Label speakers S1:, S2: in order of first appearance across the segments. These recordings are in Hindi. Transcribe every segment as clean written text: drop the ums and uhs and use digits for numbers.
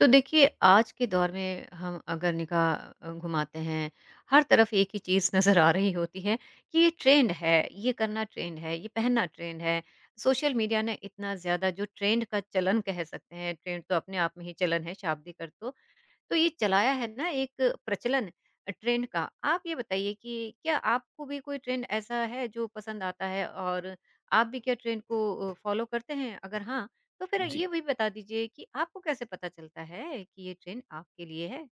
S1: तो देखिए आज के दौर में हम अगर निगाह घुमाते हैं हर तरफ एक ही चीज़ नज़र आ रही होती है कि ये ट्रेंड है। ये करना ट्रेंड है, ये पहनना ट्रेंड है। सोशल मीडिया ने इतना ज़्यादा जो ट्रेंड का चलन कह सकते हैं, ट्रेंड तो अपने आप में ही चलन है शाब्दिक अर्थ तो ये चलाया है ना एक प्रचलन ट्रेंड का। आप ये बताइए कि क्या आपको भी कोई ट्रेंड ऐसा है जो पसंद आता है और आप भी क्या ट्रेंड को फ़ॉलो करते हैं? अगर हाँ, तो फिर ये
S2: जी,
S1: भी बता दीजिए कि आपको कैसे पता चलता है कि ये ट्रेंड आपके लिए है?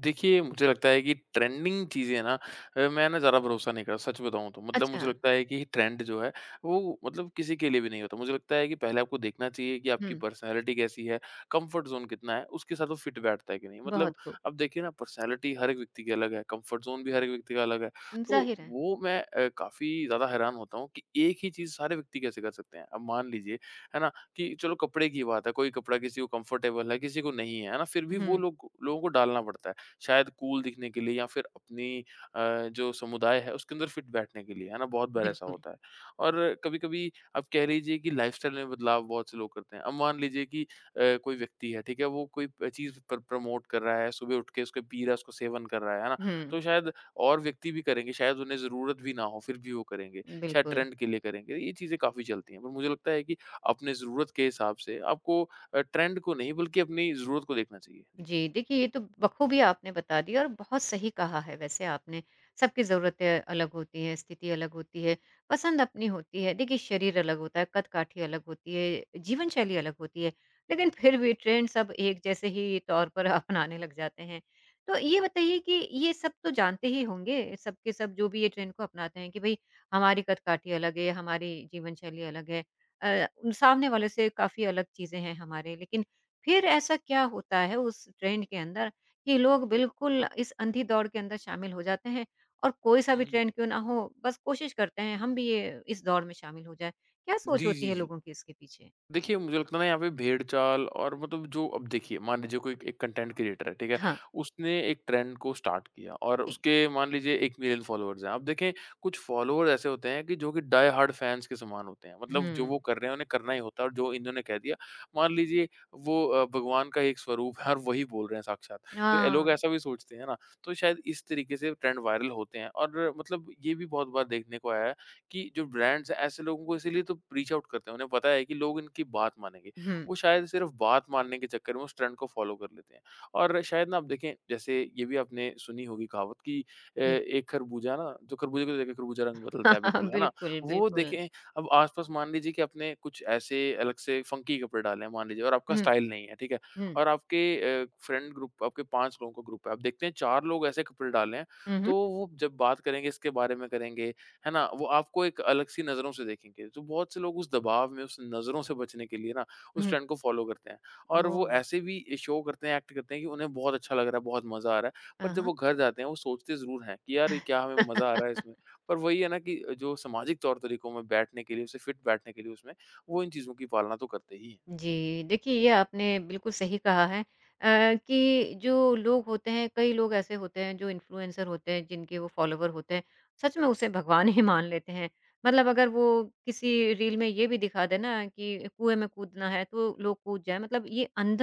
S2: देखिए, मुझे लगता है कि ट्रेंडिंग चीज़ें ना मैं ना ज़्यादा भरोसा नहीं करता सच बताऊँ तो। मतलब
S1: अच्छा।
S2: मुझे लगता है कि ट्रेंड जो है वो मतलब किसी के लिए भी नहीं होता। मुझे लगता है कि पहले आपको देखना चाहिए कि आपकी
S1: हुँ।
S2: पर्सनैलिटी कैसी है, कम्फर्ट ज़ोन कितना है, उसके साथ वो फिट बैठता है कि नहीं। मतलब
S1: बहुत खूब।
S2: अब देखिए ना पर्सनैलिटी हर एक व्यक्ति की अलग है, कम्फर्ट ज़ोन भी हर एक व्यक्ति का अलग है। तो
S1: ज़ाहिर है।
S2: वो मैं काफ़ी ज़्यादा हैरान होता हूँ कि एक ही चीज़ सारे व्यक्ति कैसे कर सकते हैं। अब मान लीजिए, है ना, कि चलो कपड़े की बात है, कोई कपड़ा किसी को कम्फर्टेबल है, किसी को नहीं है, है ना? फिर भी वो
S1: हुँ।
S2: लोग लोगों को डालना पड़ता है। शायद कूल दिखने के लिए या फिर अपनी जो समुदाय है उसके अंदर फिट बैठने के लिए, है ना? बहुत बार ऐसा
S1: बिल्कुल।
S2: होता है। और कभी-कभी आप कह लीजिए कि लाइफ़स्टाइल में बदलाव बहुत से लोग करते हैं। अब मान लीजिए कि कोई व्यक्ति है, ठीक है? वो कोई प चीज़ प्रमोट कर रहा है, सुबह उठ के उसको पी रहा है, उसको सेवन कर रहा है ना?
S1: हुँ।
S2: तो शायद और व्यक्ति भी करेंगे, शायद उन्हें ज़रूरत भी ना हो, फिर भी वो करेंगे, शायद
S1: बिल्कुल।
S2: ट्रेंड के लिए करेंगे। ये चीज़ें काफ़ी चलती हैं, पर मुझे लगता है कि अपने ज़रूरत के हिसाब से आपको ट्रेंड को नहीं बल्कि अपनी ज़रूरत को देखना चाहिए। जी।
S1: जी, देखिए ये तो बखूबी आपने बता दिया और बहुत सही कहा है वैसे आपने। सबकी ज़रूरतें अलग होती हैं, स्थिति अलग होती है, पसंद अपनी होती है। देखिए शरीर अलग होता है, कद-काठी अलग होती है, जीवन शैली अलग होती है, लेकिन फिर भी ट्रेंड सब एक जैसे ही तौर पर अपनाने लग जाते हैं। तो ये बताइए कि ये सब तो जानते ही होंगे, सब के सब जो भी ये ट्रेंड को अपनाते हैं कि भई हमारी कद-काठी अलग है, हमारी जीवन शैली अलग है। सामने वाले से काफ़ी अलग चीज़ें हैं हमारे, लेकिन फिर ऐसा क्या होता है उस ट्रेंड के अंदर कि लोग बिल्कुल इस अंधी दौड़ के अंदर शामिल हो जाते हैं और कोई सा
S2: हुँ,
S1: भी
S2: हुँ।
S1: ट्रेंड क्यों ना हो, बस कोशिश करते हैं हम भी ये इस दौड़ में शामिल हो जाए। क्या सोच
S2: जी,
S1: होती
S2: जी,
S1: है
S2: जी।
S1: लोगों की इसके पीछे?
S2: देखिए, मुझे लगता है ना यहाँ पे भेड़-चाल और मतलब जो अब देखिए मान लीजिए कोई एक कंटेंट क्रिएटर है, ठीक है?
S1: हाँ।
S2: उसने एक ट्रेंड को स्टार्ट किया और
S1: जी।
S2: उसके मान लीजिए 1 मिलियन फॉलोवर्स हैं। अब देखें कुछ फॉलोवर्स ऐसे होते हैं कि जो कि डाई हार्ड फैन्स के समान होते हैं। मतलब जो
S1: हम्म।
S2: वो कर रहे हैं उन्हें करना ही होता है और जो इन्होंने कह दिया मान लीजिए वो भगवान का ही एक स्वरूप है और वही बोल रहे हैं साक्षात। तो ये लोग
S1: हाँ।
S2: ऐसा भी सोचते हैं ना, तो शायद इस तरीके से ट्रेंड वायरल होते हैं और मतलब ये भी बहुत बार देखने को आया है कि जो ब्रांड्स हैं ऐसे लोगों को इसीलिए तो रीच आउट करते हैं। उन्हें पता है कि लोग इनकी बात मानेंगे।
S1: हम्म।
S2: वो शायद सिर्फ़ बात मानने के चक्कर में उस ट्रेंड को फ़ॉलो कर लेते हैं। और शायद ना आप देखें जैसे ये भी आपने सुनी होगी कहावत कि
S1: जी।
S2: एक खरबूजा ना जो खरबूजे को देखिए खरबूजा रंग बदलता है बिल्कुल, है ना?
S1: बिल्कुल
S2: वो
S1: बिल्कुल।
S2: देखें अब आस-पास मान लीजिए कि आपने कुछ ऐसे अलग से फ़ंकी कपड़े डाले हैं मान लीजिए और आपका
S1: हम्म।
S2: स्टाइल नहीं है, ठीक है?
S1: हम्म।
S2: और आपके फ्रेंड ग्रुप आपके 5 लोगों का ग्रुप है। आप देखते हैं 4 लोग ऐसे कपड़े डाले हैं,
S1: हम्म।
S2: तो वो जब बात करेंगे इसके बारे में करेंगे, है ना? वो आपको एक अलग सी नज़रों से देखेंगे। तो बहुत से लोग उस दबाव में, उस नज़रों से बचने के लिए ना, उस
S1: हम्म।
S2: ट्रेंड को फ़ॉलो करते हैं। और वो
S1: ओह।
S2: ऐसे भी शो करते हैं, एक्ट करते हैं कि उन्हें बहुत अच्छा लग रहा है, बहुत मज़ा आ रहा है। पर जब
S1: हाँ।
S2: वो घर जाते हैं, वो सोचते ज़रूर हैं कि यार, ये क्या हमें मज़ा आ रहा है इसमें? पर वही है ना कि जो सामाजिक तौर तरीकों में बैठने के लिए, उसे फिट बैठने के लिए उसमें, वो इन चीज़ों की पालना तो करते ही हैं।
S1: जी, देखिए ये आपने बिल्कुल सही कहा है। कि जो लोग होते हैं, कई लोग ऐसे होते हैं जो इन्फ्लुएंसर होते हैं, जिनके वो फॉलोवर होते हैं, सच में उसे भगवान ही मान लेते हैं। मतलब अगर वो किसी रील में ये भी दिखा दे ना कि कुएँ में कूदना है, तो लोग कूद जाएँ। मतलब ये अंध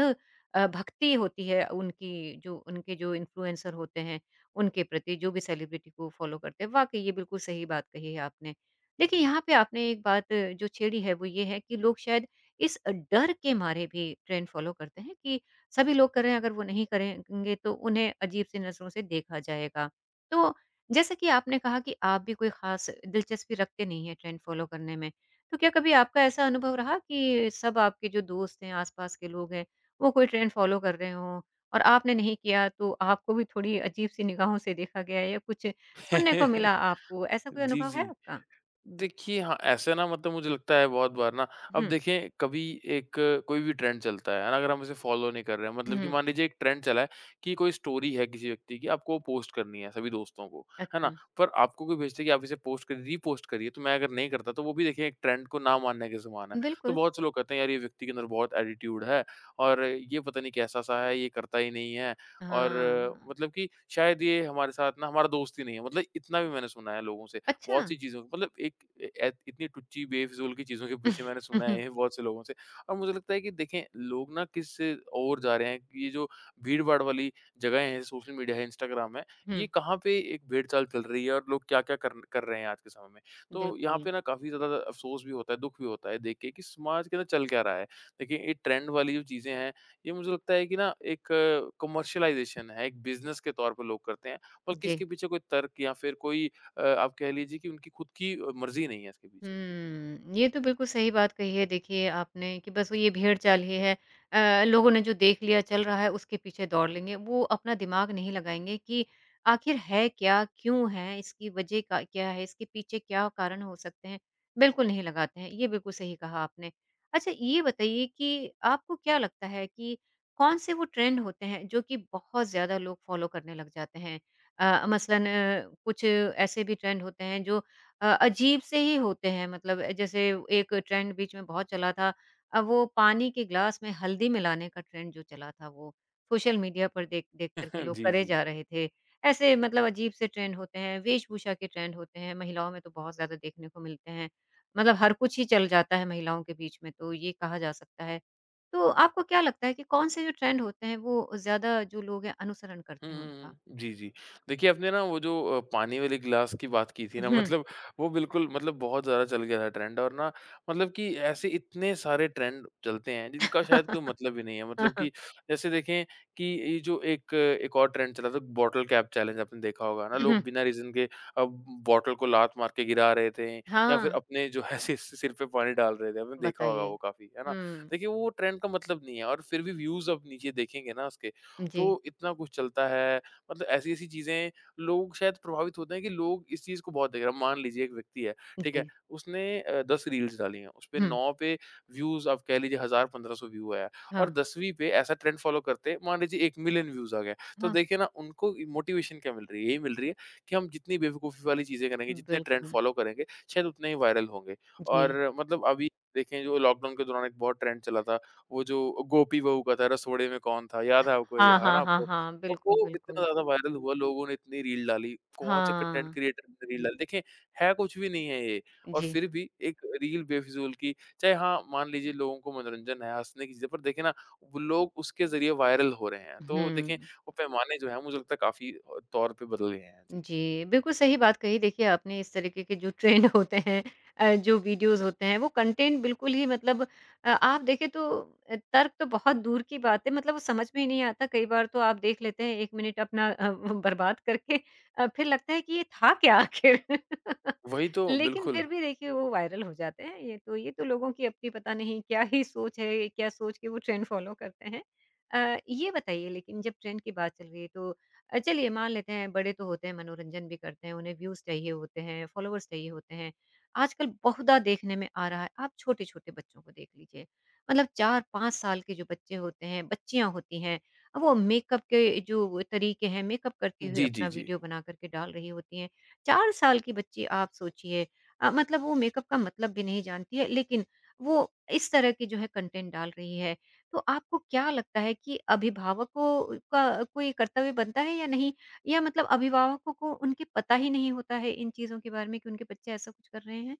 S1: अ, भक्ति होती है उनकी, जो उनके जो इन्फ्लुएंसर होते हैं, उनके प्रति, जो भी सेलिब्रिटी को फॉलो करते हैं। वाक़ई ये बिल्कुल सही बात कही है आपने। देखिए, यहाँ पे आपने एक बात जो छेड़ी है, वो ये है कि लोग शायद इस डर के मारे भी ट्रेंड फ़ॉलो करते हैं कि सभी लोग कर रहे हैं, अगर वो नहीं करेंगे तो उन्हें अजीब-सी नज़रों से देखा जाएगा। तो जैसा कि आपने कहा कि आप भी कोई ख़ास दिलचस्पी रखते नहीं हैं ट्रेंड फ़ॉलो करने में, तो क्या कभी आपका ऐसा अनुभव रहा कि सब आपके जो दोस्त हैं, आस-पास के लोग हैं, वो कोई ट्रेंड फ़ॉलो कर रहे हों और आपने नहीं किया तो आपको भी थोड़ी अजीब-सी निगाहों से देखा गया या कुछ सुनने को मिला आपको, ऐसा कोई
S2: जी,
S1: अनुभव है
S2: जी।
S1: आपका?
S2: देखिए, हाँ, ऐसे ना मतलब मुझे लगता है बहुत बार ना अब
S1: हुँ।
S2: देखें कभी एक कोई भी ट्रेंड चलता है ना? अगर हम उसे फ़ॉलो नहीं कर रहे हैं, मतलब कि
S1: हुँ।
S2: मान लीजिए एक ट्रेंड चला है कि कोई स्टोरी है किसी व्यक्ति की, आपको वो पोस्ट करनी है सभी दोस्तों को, है ना?
S1: अच्छा।
S2: पर आपको कोई भेजता है कि आप इसे पोस्ट करिए, रीपोस्ट करिए, तो मैं अगर नहीं करता तो वो भी देखिए एक ट्रेंड को ना मानने के समान है। तो
S1: बिल्कुल।
S2: बहुत से लोग कहते हैं यार ये व्यक्ति के अंदर बहुत एटीट्यूड है और ये पता नहीं कैसा-सा है, ये करता ही नहीं है और
S1: हाँ।
S2: मतलब कि शायद ये हमारे साथ ना हमारा दोस्त ही नहीं है, मतलब इतना भी मैंने सुना है लोगों से। बहुत
S1: अच्छा!
S2: सी चीज़ों के, मतलब एक इतनी टुच्ची बेफिज़ूल की चीज़ों के पीछे मैंने सुना है बहुत से लोगों से। और मुझे लगता है कि देखें लोग ना किस ओर जा रहे हैं कि ये जो भीड़-भाड़ वाली जगहें हैं, सोशल मीडिया है, इंस्टाग्राम है, ये
S1: हुँ,
S2: कहाँ पे एक भेड़-चाल चल रही है और लोग क्या-क्या कर कर रहे हैं आज के समय में। तो यहाँ
S1: बिल्कुल,
S2: पे ना काफ़ी ज़्यादा अफ़सोस भी होता है, दुःख भी होता है देख के कि समाज के अंदर चल क्या रहा है। देखिए ये ट्रेंड वाली जो चीज़ें हैं, ये मुझे लगता है कि ना एक कमर्शियलाइज़ेशन है, एक बिज़नेस के तौर पर लोग करते हैं, बल्कि
S1: जी।
S2: इसके पीछे कोई तर्क या फिर कोई आप कह लीजिए कि उनकी खुद की मर्ज़ी नहीं है इसके पीछे। जी।
S1: हुँ, ये तो बिल्कुल सही बात कही है देखिए आपने कि बस वो ये भेड़-चाल ही है। लोगों ने जो देख लिया चल रहा है उसके पीछे दौड़ लेंगे। वो अपना दिमाग नहीं लगाएँगे कि आखिर है क्या? क्यों है? इसकी वजह का क्या है? इसके पीछे क्या कारण हो सकते हैं? बिल्कुल नहीं लगाते हैं। ये बिल्कुल सही कहा आपने। अच्छा ये बताइए कि आपको क्या लगता है कि कौन-से वो ट्रेंड होते हैं जो कि बहुत ज़्यादा लोग फ़ॉलो करने लग जाते हैं? मसलन कुछ ऐसे भी ट्रेंड होते हैं जो अजीब से ही होते हैं, मतलब जैसे एक ट्रेंड बीच में बहुत चला था, अब वो पानी के ग्लास में हल्दी मिलाने का ट्रेंड जो चला था, वो सोशल मीडिया पर देख देख कर के लोग
S2: जी,
S1: करे
S2: जी।
S1: जा रहे थे। ऐसे मतलब अजीब से ट्रेंड होते हैं, वेशभूषा के ट्रेंड होते हैं, महिलाओं में तो बहुत ज़्यादा देखने को मिलते हैं। मतलब हर कुछ ही चल जाता है महिलाओं के बीच में, तो ये कहा जा सकता है। तो आपको क्या लगता है कि कौन-से जो ट्रेंड होते हैं वो ज़्यादा जो लोग हैं अनुसरण
S2: हुँ,
S1: करते हैं
S2: हुँ,
S1: उनका?
S2: हुँ। जी, जी। देखिए आपने ना वो जो पानी वाले गिलास की बात की थी ना,
S1: हुँ।
S2: मतलब वो बिल्कुल मतलब बहुत ज़्यादा चल गया था ट्रेंड, और ना मतलब कि ऐसे इतने सारे ट्रेंड चलते हैं जिनका शायद कोई मतलब ही नहीं है। मतलब कि जैसे देखें कि ये जो एक एक और ट्रेंड चला था बॉटल कैप चैलेंज, आपने देखा होगा ना, लोग बिना रीज़न के अब बॉटल को लात मार के गिरा रहे थे या फिर
S1: हाँ।
S2: अपने जो है सिर सिर पे पानी डाल रहे थे। आपने देखा होगा
S1: बताइए।
S2: वो काफ़ी, है ना?
S1: हुँ,
S2: देखिए वो ट्रेंड का मतलब नहीं है और फिर भी व्यूज़ आप नीचे देखेंगे ना उसके,
S1: जी,
S2: तो इतना कुछ चलता है, मतलब ऐसी-ऐसी चीज़ें लोग शायद प्रभावित होते हैं कि लोग इस चीज़ को बहुत देख रहे हैं। मान लीजिए एक व्यक्ति है, ठीक है?
S1: जी।
S2: उसने 10 रील्स डाली हैं, उसपे
S1: हुँ,
S2: 9 पे व्यूज़ आप कह लीजिए 1000-1500 व्यू आया, और
S1: हाँ,
S2: 10वीं पे ऐसा ट्रेंड फ़ॉलो करते मान लीजिए 1 मिलियन व्यूज़ आ गए। तो
S1: हाँ,
S2: देखिए ना उनको मोटिवेशन क्या मिल रही है? यही मिल रही है कि हम जितनी बेवकूफ़ी वाली चीज़ें करेंगे, जितने ट्रेंड
S1: बिल्कुल,
S2: फ़ॉलो करेंगे, शायद उतने ही वायरल होंगे।
S1: जी।
S2: और मतलब अभी देखें जो लॉकडाउन के दौरान एक बहुत ट्रेंड चला था वो जो गोपी बहू का था, रसोड़े में कौन था, याद है आपको ये?
S1: हाँ,
S2: है ना
S1: हाँ, हाँ,
S2: आपको?
S1: हाँ,
S2: और
S1: बिल्कुल,
S2: वो इतना
S1: बिल्कुल।
S2: ज़्यादा वायरल हुआ, लोगों ने इतनी रील डाली, बहुत से कंटेंट
S1: हाँ,
S2: क्रिएटर ने रील डाली। देखिए, है कुछ भी नहीं है ये, और
S1: जी।
S2: फिर भी एक रील बेफिज़ूल की, चाहे हाँ, मान लीजिए लोगों को मनोरंजन है, हँसने की चीज़ें, पर देखिए ना, वो लोग उसके ज़रिए वायरल हो रहे हैं। तो देखें,
S1: हुँ,
S2: वो पैमाने जो हैं मुझे लगता है काफ़ी तौर पे बदल गए हैं। जी।
S1: जी, बिल्कुल सही बात कही देखिए आपने। इस तरीके के जो ट्रेंड होते हैं, जो वीडियोज़ होते हैं, वो कंटेंट बिल्कुल ही मतलब आप देखें तो तर्क तो बहुत दूर की बात है, मतलब वो समझ में ही नहीं आता, कई बार तो आप देख लेते हैं 1 मिनट अपना बर्बाद करके फिर लगता है कि ये था क्या आखिर?
S2: वही तो,
S1: लेकिन
S2: बिल्कुल।
S1: फिर भी देखिए वो वायरल हो जाते हैं। ये तो लोगों की अपनी पता नहीं क्या ही सोच है, क्या सोच के वो ट्रेंड फ़ॉलो करते हैं। ये बताइए, लेकिन जब ट्रेंड की बात चल रही है तो चलिए मान लेते हैं बड़े तो होते हैं, मनोरंजन भी करते हैं, उन्हें व्यूज़ चाहिए होते हैं, फ़ॉलोवर्स चाहिए होते हैं। आजकल बहुधा देखने में आ रहा है, आप छोटे-छोटे बच्चों को देख लीजिए। मतलब 4-5 साल के जो बच्चे होते हैं, बच्चियाँ होती हैं, अब वो मेकअप के जो तरीके हैं, मेकअप करती हुई
S2: जी, जी,
S1: अपना
S2: जी।
S1: वीडियो बना कर के डाल रही होती हैं। 4 साल की बच्ची आप सोचिए, मतलब वो मेकअप का मतलब भी नहीं जानती है, लेकिन वो इस तरह की जो है कंटेंट डाल रही है। तो आपको क्या लगता है कि अभिभावकों का कोई कर्तव्य बनता है या नहीं? या मतलब अभिभावकों को उनके पता ही नहीं होता है इन चीज़ों के बारे में कि उनके बच्चे ऐसा कुछ कर रहे हैं?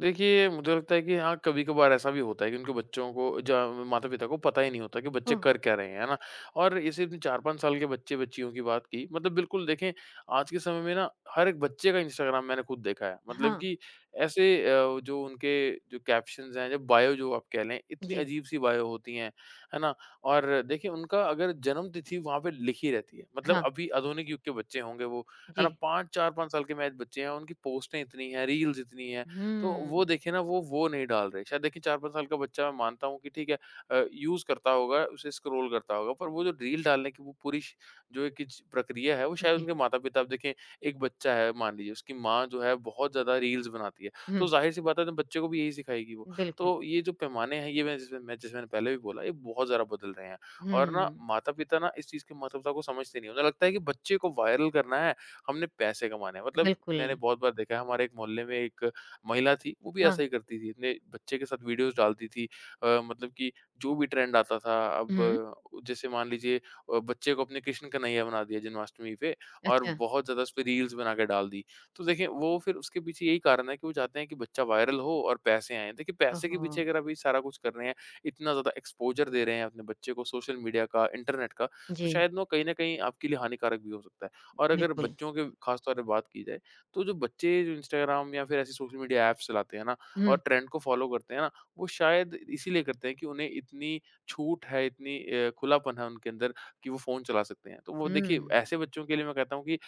S2: देखिए, मुझे लगता है कि हाँ, कभी-कभार ऐसा भी होता है कि उनके बच्चों को ज माता-पिता को पता ही नहीं होता कि बच्चे
S1: ओह!
S2: कर क्या रहे हैं, है ना? और ये सिर्फ़ 4-5 साल के बच्चे-बच्चियों की बात की, मतलब बिल्कुल देखें, आज के समय में ना हर एक बच्चे का इंस्टाग्राम मैंने खुद देखा है। मतलब
S1: हाँ,
S2: कि ऐसे जो उनके जो कैप्शंस हैं, जब बायो जो आप कह लें, इतनी
S1: जी,
S2: अजीब-सी बायो होती हैं, है ना? और देखिए, उनका अगर जन्मतिथि वहाँ पे लिखी रहती है, मतलब
S1: हाँ,
S2: अभी आधुनिक युग के बच्चे होंगे वो, है
S1: जी।
S2: ना? 5 4-5 साल के महज़ बच्चे हैं, उनकी पोस्टें इतनी हैं, रील्स इतनी हैं। तो वो
S1: हुँ,
S2: देखिए ना वो नहीं डाल रहे। शायद देखिए 4-5 साल का बच्चा मैं मानता हूँ कि ठीक है यूज़ करता होगा, उसे स्क्रॉल करता होगा, पर वो जो रील डालने की वो पूरी श जो एक किच प्रक्रिया है, वो शायद
S1: जी,
S2: उनके माता-पिता अब देखें एक बच्चा है मान लीजिए, उसकी माँ जो है बहुत ज़्यादा रील्स बनाती है, तो
S1: हुँ,
S2: ज़ाहिर-सी बात है ना बच्चे को भी यही सिखाएगी वो।
S1: बिल्कुल,
S2: तो ये जो पैमाने हैं ये मैं जैसे मैंने पहले भी बोला, ये बहुत ज़्यादा बदल रहे हैं और ना
S1: हुँ,
S2: माता-पिता ना इस चीज़ की महत्वता को समझते नहीं हैं। उन्हें लगता है कि बच्चे को वायरल करना है, हमने पैसे कमाने हैं। मतलब
S1: बिल्कुल,
S2: मैंने बहुत बार देखा है हमारे एक मोहल्ले में एक महिला थी, वो भी
S1: हाँ,
S2: ऐसा ही करती थी। अपने बच्चे के साथ वीडियोज़ डालती थी मतलब कि जो भी ट्रेंड आता था अब
S1: हुँ,
S2: जैसे मान लीजिए बच्चे को अपने कृष्ण कन्हैया बना दिया जन्माष्टमी पे और
S1: अच्छा,
S2: बहुत ज़्यादा उसपे रील्स बना के डाल दी। तो देखिए वो फिर उसके पीछे यही कारण है कि वो चाहते हैं कि बच्चा वायरल हो और पैसे आएँ। देखिए पैसे के
S1: ओहो!
S2: पीछे अगर आप ये सारा कुछ कर रहे हैं, इतना ज़्यादा एक्सपोज़र दे रहे हैं अपने बच्चे को सोशल मीडिया का, इंटरनेट का, तो
S1: जी,
S2: शायद ना कहीं न कहीं आपके लिए हानिकारक भी हो सकता है। और अगर
S1: बिल्कुल,
S2: बच्चों के ख़ास तौर पे बात की जाए तो जो बच्चे जो इंस्टाग्राम या फिर ऐसी सोशल मीडिया ऐप्स चलाते हैं ना और
S1: हुँ,
S2: ट्रेंड को फॉलो करते हैं ना, वो शायद इसीलिए करते हैं कि उन्हें इतनी छूट है, इतनी खुलापन है उनके अंदर कि वो फ़ोन चला सकते हैं। तो वो देखिए
S1: हुँ।
S2: ऐसे बच्चों के लिए मैं कहता हूँ कि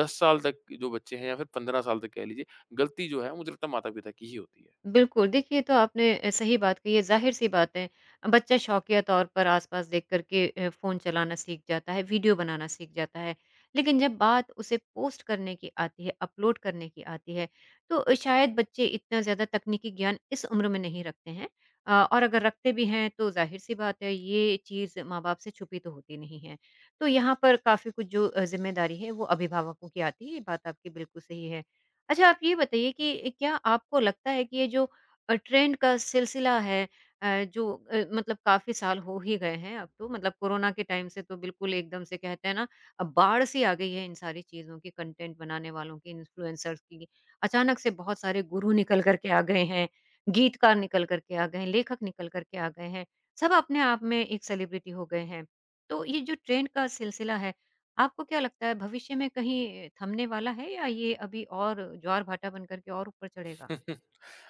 S2: 10 साल तक जो बच्चे हैं या फिर 15 साल तक कह लीजिए, गलती जो है मुझे लगता है माता-पिता की ही होती है।
S1: बिल्कुल, देखिए ये तो आपने सही बात कही है, ज़ाहिर-सी बात है। बच्चा शौकिया तौर पर आस-पास देख कर के फ़ोन चलाना सीख जाता है, वीडियो बनाना सीख जाता है। लेकिन जब बात उसे पोस्ट करने की आती है, अपलोड करने की आती है, तो शायद बच्चे इतना ज़्यादा तकनीकी ज्ञान इस उम्र में नहीं रखते हैं। और अगर रखते भी हैं तो ज़ाहिर-सी बात है ये चीज़ माँ-बाप से छुपी तो होती नहीं है। तो यहाँ पर काफ़ी कुछ जो ज़िम्मेदारी है वो अभिभावकों की आती है, ये बात आपकी बिल्कुल सही है। अच्छा, आप ये बताइए कि क्या आपको लगता है कि ये जो ट्रेंड का सिलसिला है, जो मतलब काफ़ी साल हो ही गए हैं अब तो, मतलब कोरोना के टाइम से तो बिल्कुल एकदम से कहते हैं ना बाढ़ सी आ गई है इन सारी चीज़ों की, कंटेंट बनाने वालों की, इन्फ्लुएंसर्स की। अचानक से बहुत सारे गुरु निकल कर के आ गए हैं, गीतकार निकल कर के आ गए हैं, लेखक निकल कर के आ गए हैं। सब अपने आप में एक सेलिब्रिटी हो गए हैं। तो ये जो ट्रेंड का सिलसिला है, आपको क्या लगता है भविष्य में कहीं थमने वाला है या ये अभी और ज्वार-भाटा बन कर के और ऊपर चढ़ेगा?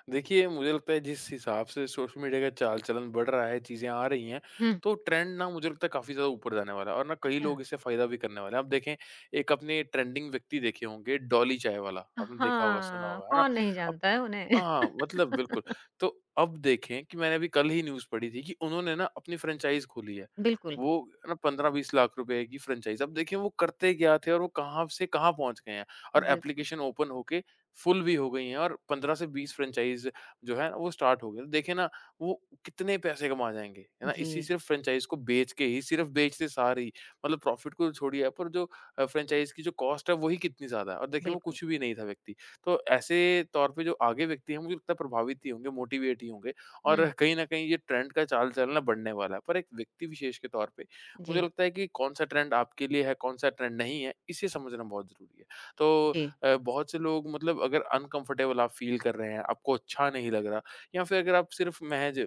S2: देखिए, मुझे लगता है जिस हिसाब से सोशल मीडिया का चाल-चलन बढ़ रहा है, चीज़ें आ रही हैं,
S1: हुँ,
S2: तो ट्रेंड ना मुझे लगता है काफ़ी ज़्यादा ऊपर जाने वाला है और ना कई
S1: अच्छा।
S2: लोग इससे फ़ायदा भी करने वाले हैं। आप देखें, एक अपने ट्रेंडिंग व्यक्ति देखे होंगे, डॉली चाय वाला, आपने देखा होगा, सुना
S1: हाँ,
S2: होगा, है ना?
S1: कौन नहीं
S2: अब
S1: जानता है उन्हें।
S2: हाँ, मतलब बिल्कुल। तो अब देखें कि मैंने अभी कल ही न्यूज़ पढ़ी थी कि उन्होंने ना अपनी फ्रैंचाइज़ खोली है।
S1: बिल्कुल,
S2: वो ना 15-20 लाख रुपए की फ्रैंचाइज़। अब देखिए वो करते क्या थे और वो कहाँ से कहाँ पहुँच गए हैं और
S1: बिल्कुल।
S2: एप्लीकेशन ओपन होके फुल भी हो गई हैं और 15 से 20 फ्रैंचाइज़ जो है ना वो स्टार्ट हो गई। तो देखिए ना वो कितने पैसे कमा जाएँगे, है ना? इसी
S1: जी,
S2: सिर्फ़ फ्रैंचाइज़ को बेच के ही, सिर्फ़ बेचते सार ही मतलब प्रॉफ़िट को तो छोड़िए, पर जो फ्रैंचाइज़ की जो कॉस्ट है वो ही कितनी ज़्यादा है और देखिए वो
S1: बिल्कुल।
S2: कुछ भी नहीं था व्यक्ति। तो ऐसे तौर पे जो आगे व्यक्ति हैं मुझे लगता है प्रभावित ही होंगे, मोटिवेट ही होंगे
S1: हुँ।
S2: और कहीं न कहीं ये ट्रेंड का चाल-चलन ना बढ़ने वाला है। पर एक व्यक्ति विशेष के तौर पे मुझे
S1: जी,
S2: लगता है कि कौन-सा ट्रेंड आपके लिए है, कौन-सा ट्रेंड नहीं है, इसे समझना बहुत ज़रूरी है। तो
S1: जी।
S2: बहुत से लोग मतलब अगर अनकम्फ़र्टेबल आप फ़ील कर रहे हैं, आपको अच्छा नहीं लग रहा या फिर अगर आप सिर्फ़ महज़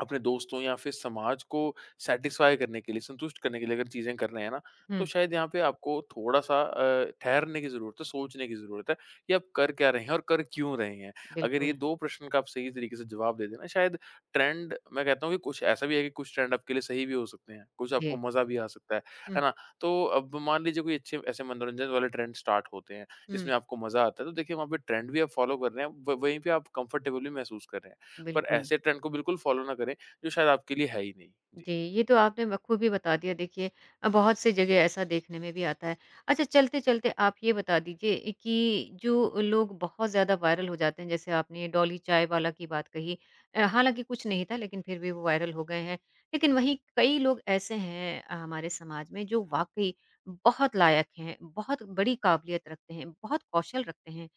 S2: अपने दोस्तों या फिर समाज को सैटिस्फाई करने के लिए, संतुष्ट करने के लिए अगर चीज़ें कर रहे हैं ना, तो
S1: हुँ,
S2: शायद यहाँ पे आपको थोड़ा-सा ठहरने की ज़रूरत है, सोचने की ज़रूरत है कि आप कर क्या रहे हैं और कर क्यों रहे हैं। अगर ये
S1: बिल्कुल।
S2: 2 प्रश्न का आप सही तरीके से जवाब दे दें ना, शायद ट्रेंड मैं कहता हूँ कि कुछ ऐसा भी है कि कुछ ट्रेंड आपके लिए सही भी हो सकते हैं, कुछ आपको
S1: जी।
S2: मज़ा भी आ सकता है
S1: हुँ,
S2: ना? तो अब मान लीजिए कोई अच्छे ऐसे मनोरंजन वाले ट्रेंड स्टार्ट होते हैं,
S1: हुँ।
S2: जिसमें आपको मज़ा आता है, तो देखिए वहाँ पे ट्रेंड भी आप फ़ॉलो कर रहे हैं, व वहीं पे आप कम्फ़र्टेबल भी महसूस कर रहे हैं। पर
S1: बिल्कुल।
S2: ऐसे ट्रेंड को बिल्कुल फ़ॉलो ना करें, जो शायद आपके लिए है ही नहीं। जी।
S1: जी, ये तो आपने बखूबी बता दिया देखिए। बहुत सी जगह ऐसा देखने में भी आता है। अच्छा चलते-चलते आप ये बता दीजिए कि जो लोग बहुत ज़्यादा वायरल हो जाते हैं, जैसे आपने डॉली चाय वाला की बात कही, हालाँकि कुछ नहीं था लेकिन फिर भी वो वायरल हो गए हैं। लेकिन वहीं कई लोग ऐसे हैं हमारे समाज में जो वाक़ई बहुत लायक हैं, बहुत बड़ी काबिलियत रखते हैं, बहुत कौशल रखते हैं।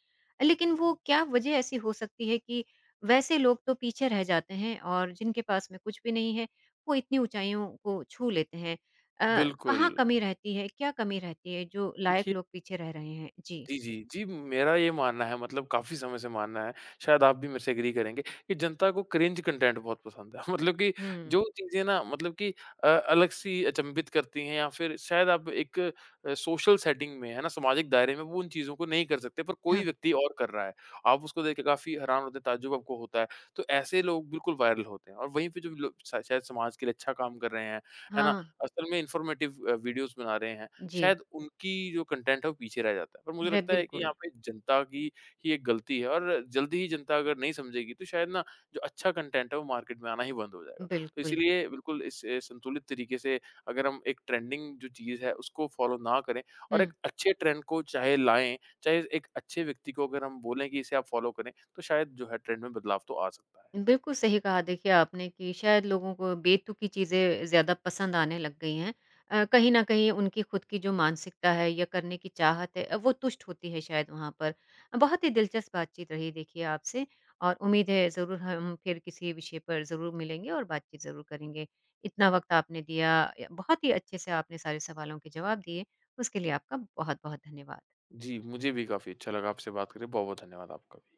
S1: लेकिन वो क्या वजह ऐसी हो सकती है कि वैसे लोग तो पीछे रह जाते हैं और जिनके पास में कुछ भी नहीं है वो इतनी ऊँचाइयों को छू लेते हैं। अ,
S2: बिल्कुल।
S1: कहाँ कमी रहती है, क्या कमी रहती है जो लायक
S2: देखिए,
S1: लोग पीछे रह रहे हैं? जी।
S2: जी, जी। जी, मेरा ये मानना है मतलब काफ़ी समय से मानना है, शायद आप भी मेरे से एग्री करेंगे कि जनता को क्रिंज कंटेंट बहुत पसंद है। मतलब कि
S1: हुँ।
S2: जो चीज़ें ना मतलब कि अलग सी अचंभित करती हैं या फिर शायद आप एक सोशल सेटिंग में, है ना, सामाजिक दायरे में वो उन चीज़ों को नहीं कर सकते, पर कोई
S1: हाँ,
S2: व्यक्ति और कर रहा है। आप उसको देख के काफ़ी हैरान होते हैं, ताज्जुब आपको होता है। तो ऐसे लोग बिल्कुल वायरल होते हैं और वहीं पे जो लो सा शायद समाज के लिए अच्छा काम कर रहे हैं, है ना,
S1: हाँ।
S2: असल में इन्फॉर्मेटिव वीडियोज़ बना रहे हैं,
S1: जी।
S2: शायद उनकी जो कंटेंट है वो पीछे रह जाता है। पर मुझे
S1: रे
S2: लगता है कि
S1: बिल्कुल,
S2: यहाँ पे जनता की ही एक गलती है और जल्दी ही जनता अगर नहीं समझेगी तो शायद ना जो अच्छा कंटेंट है वो मार्केट में आना ही बंद हो जाएगा। तो
S1: बिल्कुल।
S2: इसीलिए बिल्कुल इस संतुलित तरीके से अगर हम एक ट्रेंडिंग जो चीज़ है उसको फॉलो ना करें और
S1: हुँ,
S2: एक अच्छे ट्रेंड को चाहे लाएँ, चाहे एक अच्छे व्यक्ति को अगर हम बोलें कि इसे आप फॉलो करें तो शायद जो है ट्रेंड में बदलाव तो आ सकता है। जी।
S1: बिल्कुल सही कहा देखिए आपने कि शायद लोगों को बेतुकी चीज़ें ज़्यादा पसंद आने लग गई हैं। कहीं न कहीं उनकी खुद की जो मानसिकता है या करने की चाहत है, वो तुष्ट होती है शायद वहाँ पर। बहुत ही दिलचस्प बातचीत रही देखिए आपसे और उम्मीद है ज़रूर हम फिर किसी विषय पर ज़रूर मिलेंगे और बातचीत ज़रूर करेंगे। इतना वक़्त आपने दिया, या बहुत ही अच्छे से आपने सारे सवालों के जवाब दिए, उसके लिए आपका बहुत-बहुत धन्यवाद।
S2: जी, मुझे भी काफ़ी अच्छा लगा आपसे बात करके। बहुत-बहुत धन्यवाद आपका भी।